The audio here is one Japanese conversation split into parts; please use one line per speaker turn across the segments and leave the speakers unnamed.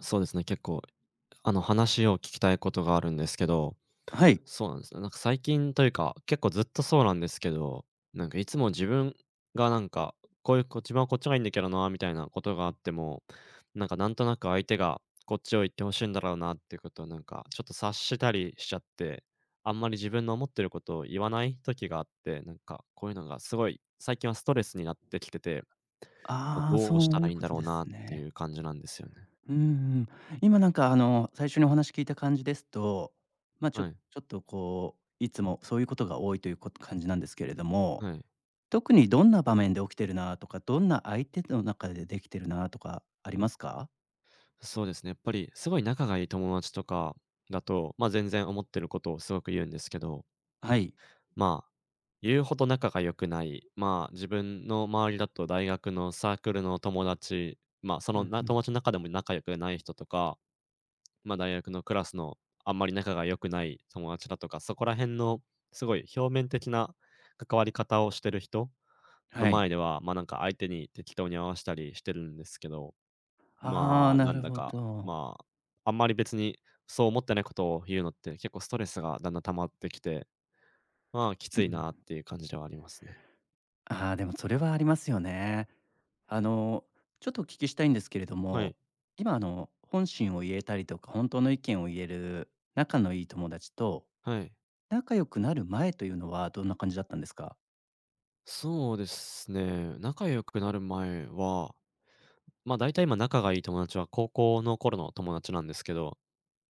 そうですね、結構、話を聞きたいことがあるんですけど、
はい。
そうなんですね。なんか最近というか、結構ずっとそうなんですけど、なんかいつも自分がなんか、こういう、こ自分はこっちがいいんだけどな、みたいなことがあっても、なんかなんとなく相手がこっちを言ってほしいんだろうなっていうことをなんか、ちょっと察したりしちゃって、あんまり自分の思ってることを言わない時があって、なんかこういうのがすごい、最近はストレスになってきてて、ま、
ああ、
どうし
そ
た
う
ら
いう
いいん
こ
だ
と
ろう
で
なっ
す
てい
ね。
う感じなんですよね。
うんうん。今最初にお話聞いた感じですと、まあ、ちょ
は
ち
い、
ょっとこう、いつもそういうことが多いという感じなんですけれども、
はい。
特にどんな場面で起きてるなとか、どんな相手の中でできてるなとかありますか？
そうですね。やっぱりすごい仲がいい友達とかだと、まあ、全然思ってることをすごく言うんですけど、
はい。
まあ、言うほど仲が良くない、まあ、自分の周りだと大学のサークルの友達、まあ、そ
う
の
ん
な
うん。
友達の中でも仲良くない人とか、まあ、大学のクラスのあんまり仲が良くない友達だとか、そこら辺のすごい表面的な関わり方をしてる人の
はい。
前では、まあ、なんか相手に適当に合わせたりしてるんですけど、
あ
ま
あ、
あ、な
な
ん
る
だ
ほ
か、
ど。
まあ、あんまり別にそう思ってないことを言うのって、結構ストレスがだんだん溜まってきて、まあ、き
う
つ
ん
い
う
なっ
ん。
ていう感じではありますね。
ああ、でもそれはありますよね。あの、ちょっとお聞きしたいんですけれど
はい、
も、今本心を言えたりとか、本当の意見を言える仲のいい友達と、
はい。
仲良くなる前というのはどんな感じだったんですか？
そうですね、仲良くなる前は、まあ、大体今仲がいい友達は高校の頃の友達なんですけど、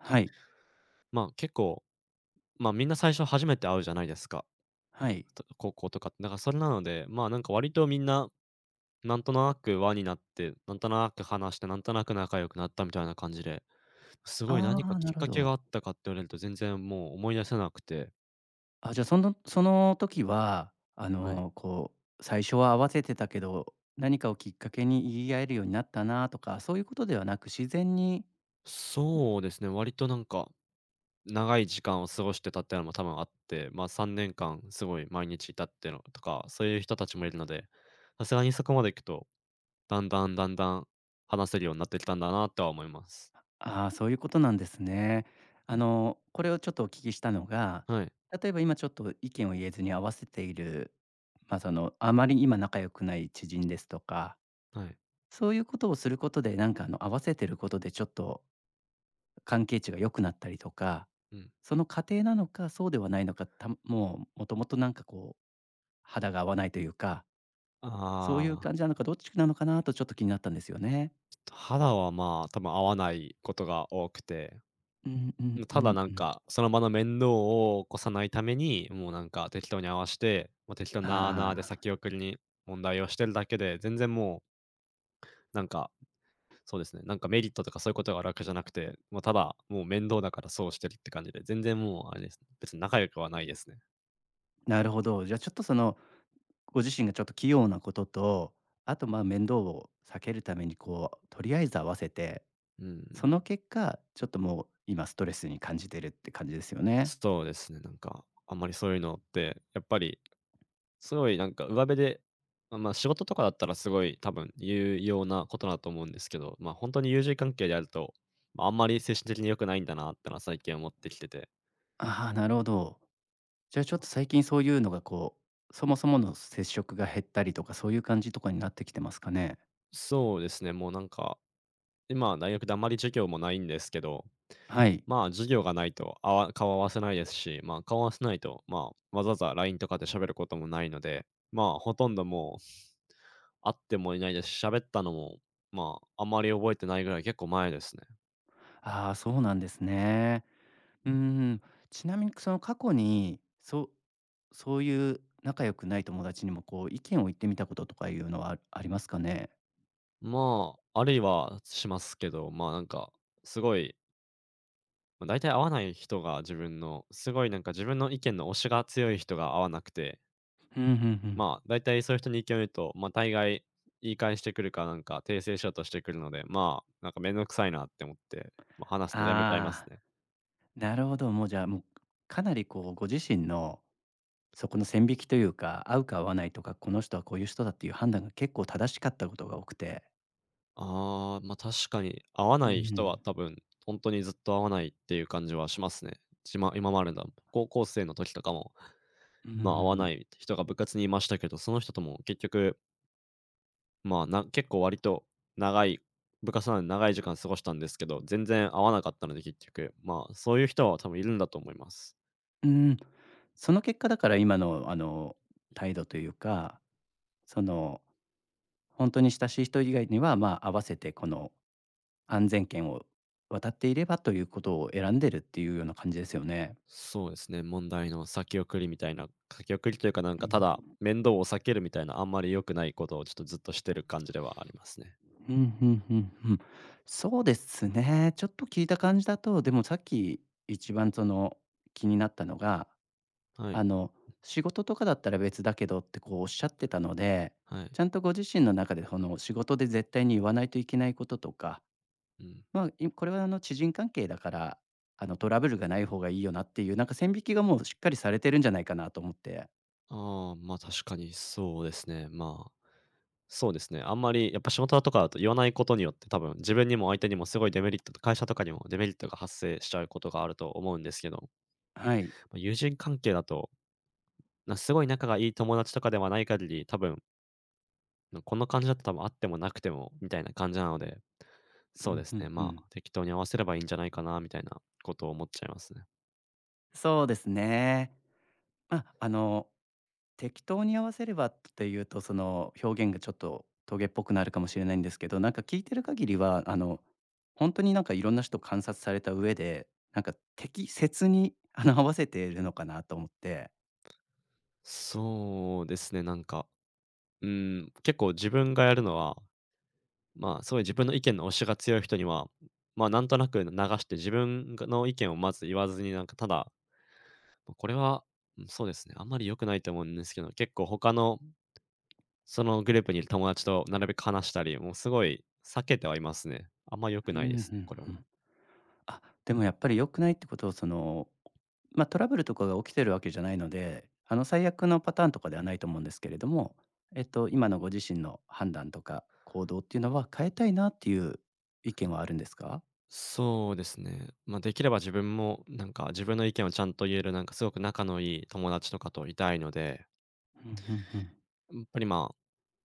はい、
まあ、結構、まあ、みんな最初初めて会うじゃないですか。
はい。
と高校とかって。だからそれなので、まあ、なんか割とみんな、なんとなく輪になって、なんとなく話して、なんとなく仲良くなったみたいな感じですごい
あ
何か
あ、
き
な
っ
るほ
かけがあ
ど。
ったかって言われると全然もう思い出せなくて。
あ、じゃあその時は、
はい。
最初は合わせてたけど、何かをきっかけに言い合えるようになったなとか、そういうことではなく、自然に。
そうですね、割となんか、長い時間を過ごしてたっていうのも多分あって、まあ、3年間すごい毎日いたっていうのとか、そういう人たちもいるので、さすがにそこまで行くと、だんだん話せるようになってきたんだなとは思います。
ああ、そういうことなんですね。あの、これをちょっとお聞きしたのが、
はい。
例えば今ちょっと意見を言えずに合わせている、ま、その、あまり今仲良くない知人ですとか、
はい。
そういうことをすることで、合わせてることでちょっと関係値が良くなったりとか、
うん。
その過程なのか、そうではないのか、たもう、もともと肌が合わないというか、そういう
ああ、
感じなのか、どっちなのかなとちょっと気になったんですよね。
肌はまあ、多分合わないことが多くて、
うんうんう
ただ
ん
なん
うん。
か、その場の面倒を起こさないために、もうなんか適当に合わして、ま、適当なあなあで
ああ、
先送りに問題をしてるだけで、全然もう、なんか、そうですね、なんかメリットとかそういうことが楽じゃなくて、もうただ、もう面倒だからそうしてるって感じで、全然もうあれですね、別に仲良くはないですね。
なるほど。じゃあ、ちょっとその、ご自身がちょっと器用なことと、あと、ま、面倒を避けるために、こう、とりあえず合わせて、
うんう
そ
ん。
の結果、ちょっともう今ストレスに感じてるって感じですよね。
そうですね、なんか、あんまりそういうのって、やっぱりすごいなんか上辺で、まあま、仕事とかだったらすごい多分有用なことだと思うんですけど、ま、あ本当に友人関係であると、ま、ああんまり精神的に良くないんだなってのは最近思ってきてて。
ああ、なるほど。じゃあ、ちょっと最近そういうのが、こう、そもそもの接触が減ったりとか、そういう感じとかになってきてますかね？
そうですね、もうなんか、今大学であんまり授業もないんですけど、
はい。
まあ、授業がないと、あわ顔合わせないですし、ま、顔合わせないと、まあ、わざわざ LINE とかで喋ることもないので、まあ、ほとんどもう会ってもいないですし、喋ったのも、まあ、あんまり覚えてないぐらい結構前ですね。
ああ、そうなんですね。うーん。ちなみに、その、過去に、そういう仲良くない友達にも、こう、意見を言ってみたこととかいうのはありますかね？
まあ、あるいはしますけど、まあ、なんか、すごい、まあ、大体合わない人が自分の、すごいなんか自分の意見の推しが強い人が合わなくて、
うんうんうん。
まあ、大体そういう人に意見を言うと、ま、大概言い返してくるか、なんか訂正しようとしてくるので、まあ、なんかめんどくさいなって思って、まあ、話すのやめちゃいます
ああ、
ね。
なるほど。もうじゃあ、もうかなりこうご自身のそこの線引きというか、合うか合わないとか、この人はこういう人だっていう判断が結構正しかったことが多くて。
ああ、ま、確かに合わ
うん、
な
う
い人は
ん、
多分、本当にずっと合わないっていう感じはしますね。じま今までだ高校生の時とかも、
う
ま、合わな
ん、
い人が部活にいましたけど、その人とも結局まあ、な結構割と長い部活なので長い時間過ごしたんですけど、全然合わなかったので結局、まあ、そういう人は多分いるんだと思います。
うん。その結果だから今のあの態度というか、その本当に親しい人以外には、まあ、合わせてこの安全圏を渡っていればということを選んでるっていうような感じですよね。
そうですね、問題の先送りみたいな、先送りというかなんかただ面倒を避けるみたいなあんまり良くないことをちょっとずっとしてる感じではありますね。
うん、うんうんうん。そうですね。ちょっと聞いた感じだと、でもさっき一番その気になったのが、
はい、
あの、仕事とかだったら別だけどってこうおっしゃってたので、
はい。
ちゃんとご自身の中でこの仕事で絶対に言わないといけないこととか、
うん。
まあ、これはあの知人関係だから、あのトラブルがない方がいいよなっていう、なんか線引きがもうしっかりされてるんじゃないかなと思って。
ああ、まあ確かにそうですね。まあ、そうですね。あんまりやっぱ仕事とかだと言わないことによって多分自分にも相手にもすごいデメリットと、会社とかにもデメリットが発生しちゃうことがあると思うんですけど、
はい。
ま友人関係だと、な、すごい仲がいい友達とかではない限り、多分、な、この感じだと多分あってもなくてもみたいな感じなので、
う
そうで
ん、
す
う
ね、
んう
まあ、
ん。
適当に合わせればいいんじゃないかなみたいなことを思っちゃいますね。
そうですね。あ、あの、適当に合わせればっていうと、その、表現がちょっとトゲっぽくなるかもしれないんですけど、なんか聞いてる限りは、あの、本当になんかいろんな人観察された上で、なんか適切に、あの、合わせているのかなと思って。
そうですね、なんか、うん、結構自分がやるのは、まあ、すごい自分の意見の押しが強い人には、ま、あなんとなく流して自分がの意見をまず言わずに、なんかただ、まこれは、うん、そうですね、あんまり良くないと思うんですけど、結構他のそのグループにいる友達となるべく話したり、もうすごい避けてはいますね。あんま良く
うん、う
な
ん
いですね、これも。
うん。あ、でもやっぱり良くないってことをその、まあ、トラブルとかが起きてるわけじゃないので、あの、最悪のパターンとかではないと思うんですけれども、えっと、今のご自身の判断とか行動っていうのは変えたいなっていう意見はあるんですか？
そうですね。まあ、できれば自分もなんか自分の意見をちゃんと言える、なんかすごく仲のいい友達とかといたいので、
うんうんうん。
やっぱり、まあ、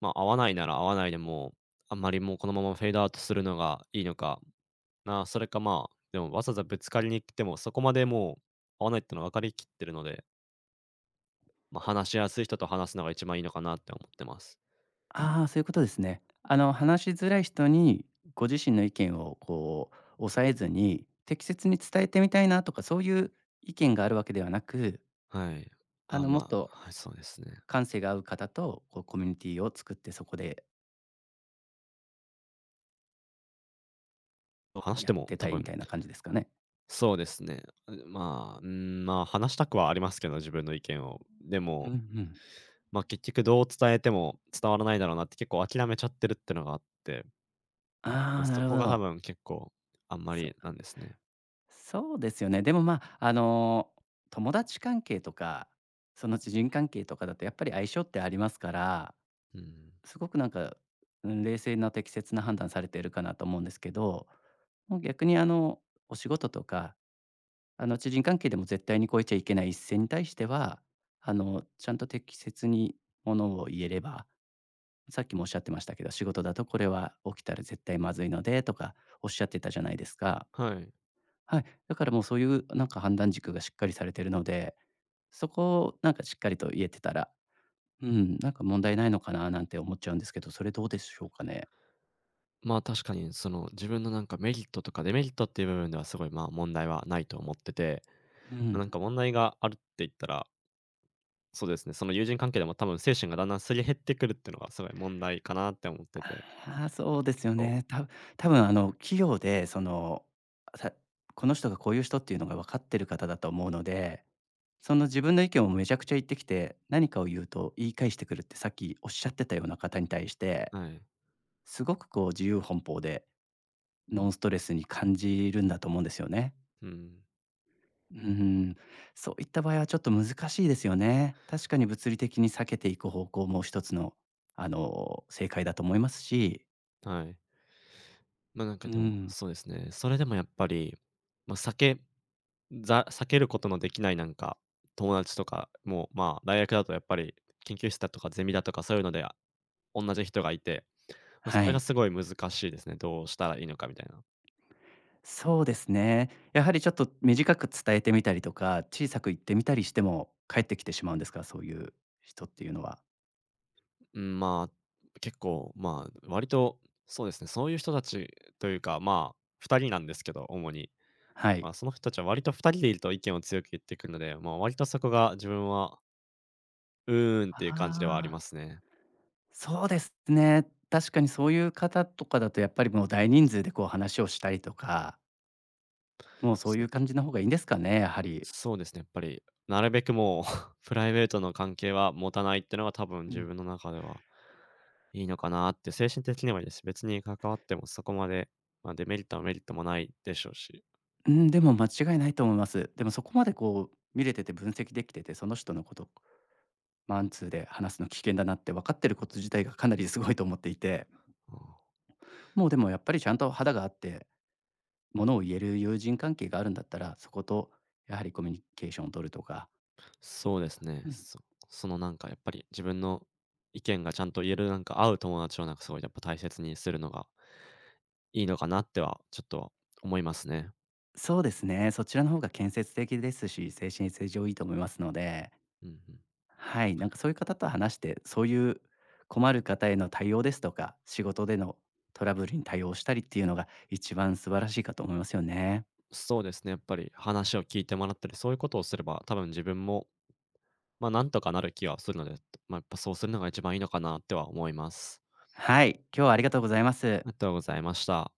まあ、合わないなら合わないでもあんまりもうこのままフェードアウトするのがいいのかな、それか、まあ、でもわざわざぶつかりに行っても、そこまでもう合わないってのは分かりきってるので、まあ、話しやすい人と話すのが一番いいのかなって思ってます。
ああ、そういうことですね。あの、話しづらい人にご自身の意見をこう抑えずに、適切に伝えてみたいなとかそういう意見があるわけではなく、
はい。
あ
あ、
の、も
ま
っ
あ、
と
はい、そうですね。
感性が合う方とこうコミュニティを作って、そこで
話し
や
て
っ
も
て
多
たいみ
分、
たいな感じですかね？
そうですね。まあ、うん、まあ、話したくはありますけど、自分の意見を。で
うん
も、
うん。
ま、結局どう伝えても伝わらないだろうなって結構諦めちゃってるってのがあって、ま
あ
あ、
あ、な
そ
る
こ
ほ
が多
ど。
分結構あんまりな
そ
んですね。
そうですよね。でも、まあ、あの、友達関係とか、その知人関係とかだとやっぱり相性ってありますから、
うん。
すごくなんか、うん、冷静な適切な判断されているかなと思うんですけど、もう逆にあの、お仕事とか、あの、知人関係でも絶対に超えちゃいけない一線に対しては、あの、ちゃんと適切にものを言えれば、さっきもおっしゃってましたけど、仕事だとこれは起きたら絶対まずいのでとかおっしゃってたじゃないですか。
はい。
はい。だからもうそういうなんか判断軸がしっかりされてるので、そこをなんかしっかりと言えてたら、うん、なんか問題ないのかななんて思っちゃうんですけど、それどうでしょうかね？
まあ、確かにその自分のなんかメリットとかデメリットっていう部分ではすごい、まあ、問題はないと思ってて、
う
まなん
ん。
か問題があるって言ったら、そうですね、その友人関係でも多分精神がだんだんすり減ってくるっていうのがすごい問題かなって思ってて、
ああ、そうで
結
すよ
構
ね。多分あの企業でその、さこの人がこういう人っていうのが分かってる方だと思うので、その自分の意見をめちゃくちゃ言ってきて、何かを言うと言い返してくるってさっきおっしゃってたような方に対して、
はい。
すごくこう自由奔放で
うん
ノンストレスに感じるんだと思うんですよね。
うん、
うん、そういった場合はちょっと難しいですよね。確かに物理的に避けていく方向も一つの、あの、正解だと思いますし、
はい。ま、なんか
う
でも、
ん、
そうですね。それでもやっぱり、まあ、避けることのできないなんか、友達とかも、まあ、大学だとやっぱり研究室だとかゼミだとかそういうので、あ、じ人がいて、まあ、そ
は
れが
い。
すごい難しいですね。どうしたらいいのかみたいな。
そうですね。やはりちょっと短く伝えてみたりとか、小さく言ってみたりしても返ってきてしまうんですか、そういう人っていうのは。
うん、まあ、結構、まあ、割とそうですね、そういう人たちというか、まあ、2人なんですけど、主に。
は
ま
い。
あ、その人たちは割と2人でいると意見を強く言ってくるので、まあ、割とそこが自分は、うーんっていう感じではあり
あ
ま
あ、
すね。
そうですね。確かにそういう方とかだとやっぱりもう大人数でこう話をしたりとか、もうそうい
そ
う感じの方がいいんですかね、やはり。
そうですね、やっぱり、なるべくもう プライベートの関係は持たないってのが多分
う
自
ん。
分の中では、いいのかなって、精神的にはいいです別に関わってもそこまで、まあ、デメリットはメリットもないでしょうし。
うん、でも間違いないと思います。でもそこまでこう見れてて分析できてて、その人のこと、マンツーで話すの危険だなって分かってること自体がかなりすごいと思っていて、
うん、
もうでもやっぱりちゃんと肌があって、ものを言える友人関係があるんだったら、そことやはりコミュニケーションを取るとか。
そうですね。
うん、
そそのなんかやっぱり自分の意見がちゃんと言えるなんか合う友達をなんかすごいやっぱ大切にするのがいいのかなってはちょっと思いますね。
そうですね。そちらの方が建設的ですし、精神性上いいと思いますので、
うんうん。
はい、なんかそういう方と話して、そういう困る方への対応ですとか、仕事でのトラブルに対応したりっていうのが一番素晴らしいかと思いますよね。
そうですね、やっぱり話を聞いてもらったり、そういうことをすれば、多分自分もまあ、なんとかなる気はするので、まあ、やっぱそうするのが一番いいのかなっては思います。
はい、今日はありがとうございます。
ありがとうございました。